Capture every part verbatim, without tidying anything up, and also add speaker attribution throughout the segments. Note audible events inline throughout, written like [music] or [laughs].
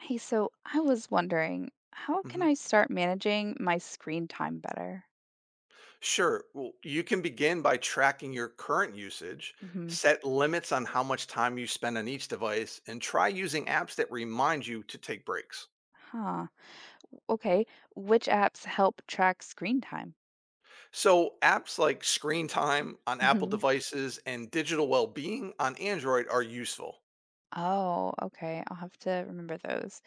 Speaker 1: Hey, so I was wondering, how can
Speaker 2: Mhm.
Speaker 1: I start managing my screen time better?
Speaker 2: Sure. Well, you can begin by tracking your current usage,
Speaker 1: Hmm.
Speaker 2: set limits on how much time you spend on each device, and try using apps that remind you to take breaks.
Speaker 1: Huh. W- Okay. Which apps help track screen time?
Speaker 2: So, apps like Screen Time on Apple
Speaker 1: Hmm.
Speaker 2: devices and Digital Wellbeing on Android are useful.
Speaker 1: Oh, okay. I'll have to remember those.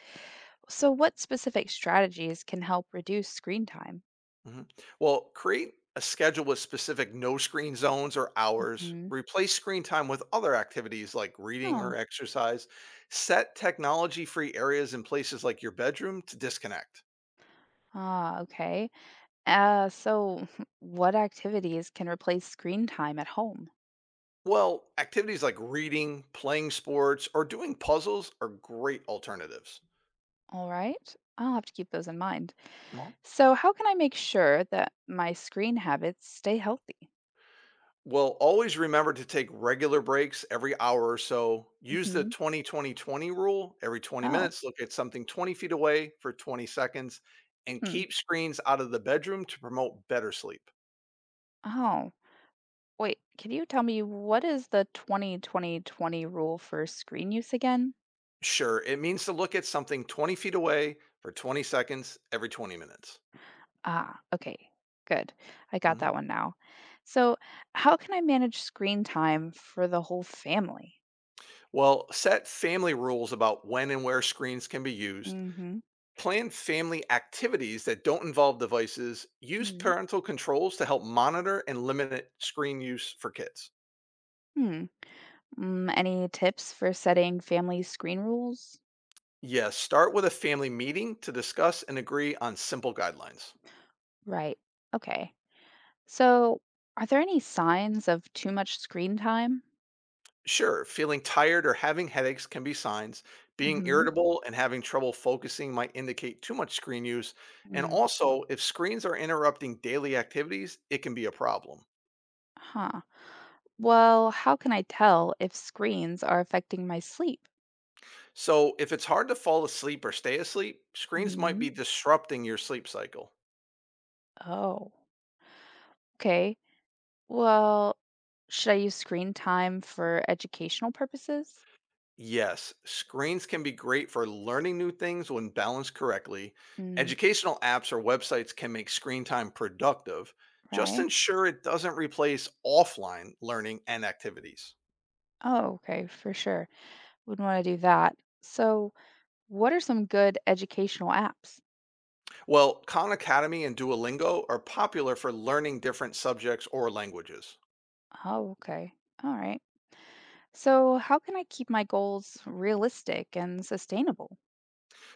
Speaker 1: So, what specific strategies can help reduce screen time?
Speaker 2: Mhm. Well, create a schedule with specific no screen zones or hours,
Speaker 1: Hmm.
Speaker 2: replace screen time with other activities like reading or
Speaker 1: Oh,
Speaker 2: exercise, set technology free areas in places like your bedroom to disconnect.
Speaker 1: ah, okay. Uh, so, [laughs] what activities can replace screen time at home?
Speaker 2: Well, activities like reading, playing sports, or doing puzzles are great alternatives.
Speaker 1: All right. I'll have to keep those in mind.
Speaker 2: Mhm.
Speaker 1: So, how can I make sure that my screen habits stay healthy?
Speaker 2: Well, always remember to take regular breaks every hour or so. Use the
Speaker 1: Hmm.
Speaker 2: twenty twenty twenty rule. Every twenty
Speaker 1: Oh,
Speaker 2: minutes, look at something twenty feet away for twenty seconds and
Speaker 1: hmm.
Speaker 2: keep screens out of the bedroom to promote better sleep.
Speaker 1: Oh, wait. Can you tell me what is the twenty twenty twenty rule for screen use again?
Speaker 2: Sure, it means to look at something twenty feet away for twenty seconds every twenty minutes.
Speaker 1: Ah, okay. Good. I got
Speaker 2: Mhm.
Speaker 1: that one now. So, how can I manage screen time for the whole family?
Speaker 2: Well, set family rules about when and where screens can be used.
Speaker 1: Mhm.
Speaker 2: Plan family activities that don't involve devices. Use
Speaker 1: Hmm.
Speaker 2: parental controls to help monitor and limit screen use for kids.
Speaker 1: Hmm. Mm, any tips for setting family screen rules?
Speaker 2: Yes, start with a family meeting to discuss and agree on simple guidelines.
Speaker 1: Right. Okay. So, are there any signs of too much screen time?
Speaker 2: Sure, feeling tired or having headaches can be signs. Being
Speaker 1: Mm-hmm.
Speaker 2: irritable and having trouble focusing might indicate too much screen use. And
Speaker 1: Mm.
Speaker 2: also, if screens are interrupting daily activities, it can be a problem.
Speaker 1: Huh. Well, how can I tell if screens are affecting my sleep?
Speaker 2: So, if it's hard to fall asleep or stay asleep, screens might
Speaker 1: Hmm.
Speaker 2: be disrupting your sleep cycle.
Speaker 1: Oh, okay. Well, should I use screen time for educational purposes?
Speaker 2: Yes, screens can be great for learning new things when balanced correctly.
Speaker 1: Mm,
Speaker 2: Educational apps or websites can make screen time productive. Just
Speaker 1: right.
Speaker 2: ensure it doesn't replace offline learning and activities.
Speaker 1: Oh, okay, for sure. Wouldn't want to do that. So, what are some good educational apps?
Speaker 2: Well, Khan Academy and Duolingo are popular for learning different subjects or languages.
Speaker 1: Oh, okay. All right. So, how can I keep my goals realistic and sustainable?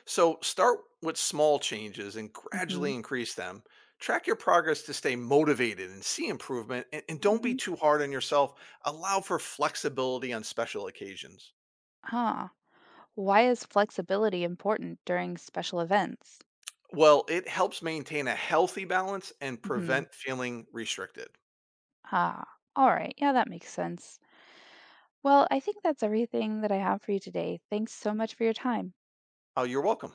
Speaker 2: So start with small changes and
Speaker 1: Mm-hmm.
Speaker 2: gradually increase them. Track your progress to stay motivated and see improvement. And, and don't be
Speaker 1: Mm-hmm.
Speaker 2: too hard on yourself. Allow for flexibility on special occasions.
Speaker 1: Huh. Why is flexibility important during special events?
Speaker 2: Well, it helps maintain a healthy balance and
Speaker 1: Hmm.
Speaker 2: prevent feeling restricted.
Speaker 1: Ah, all right. Yeah, that makes sense. Well, I think that's everything that I have for you today. Thanks so much for your time.
Speaker 2: Oh, you're welcome.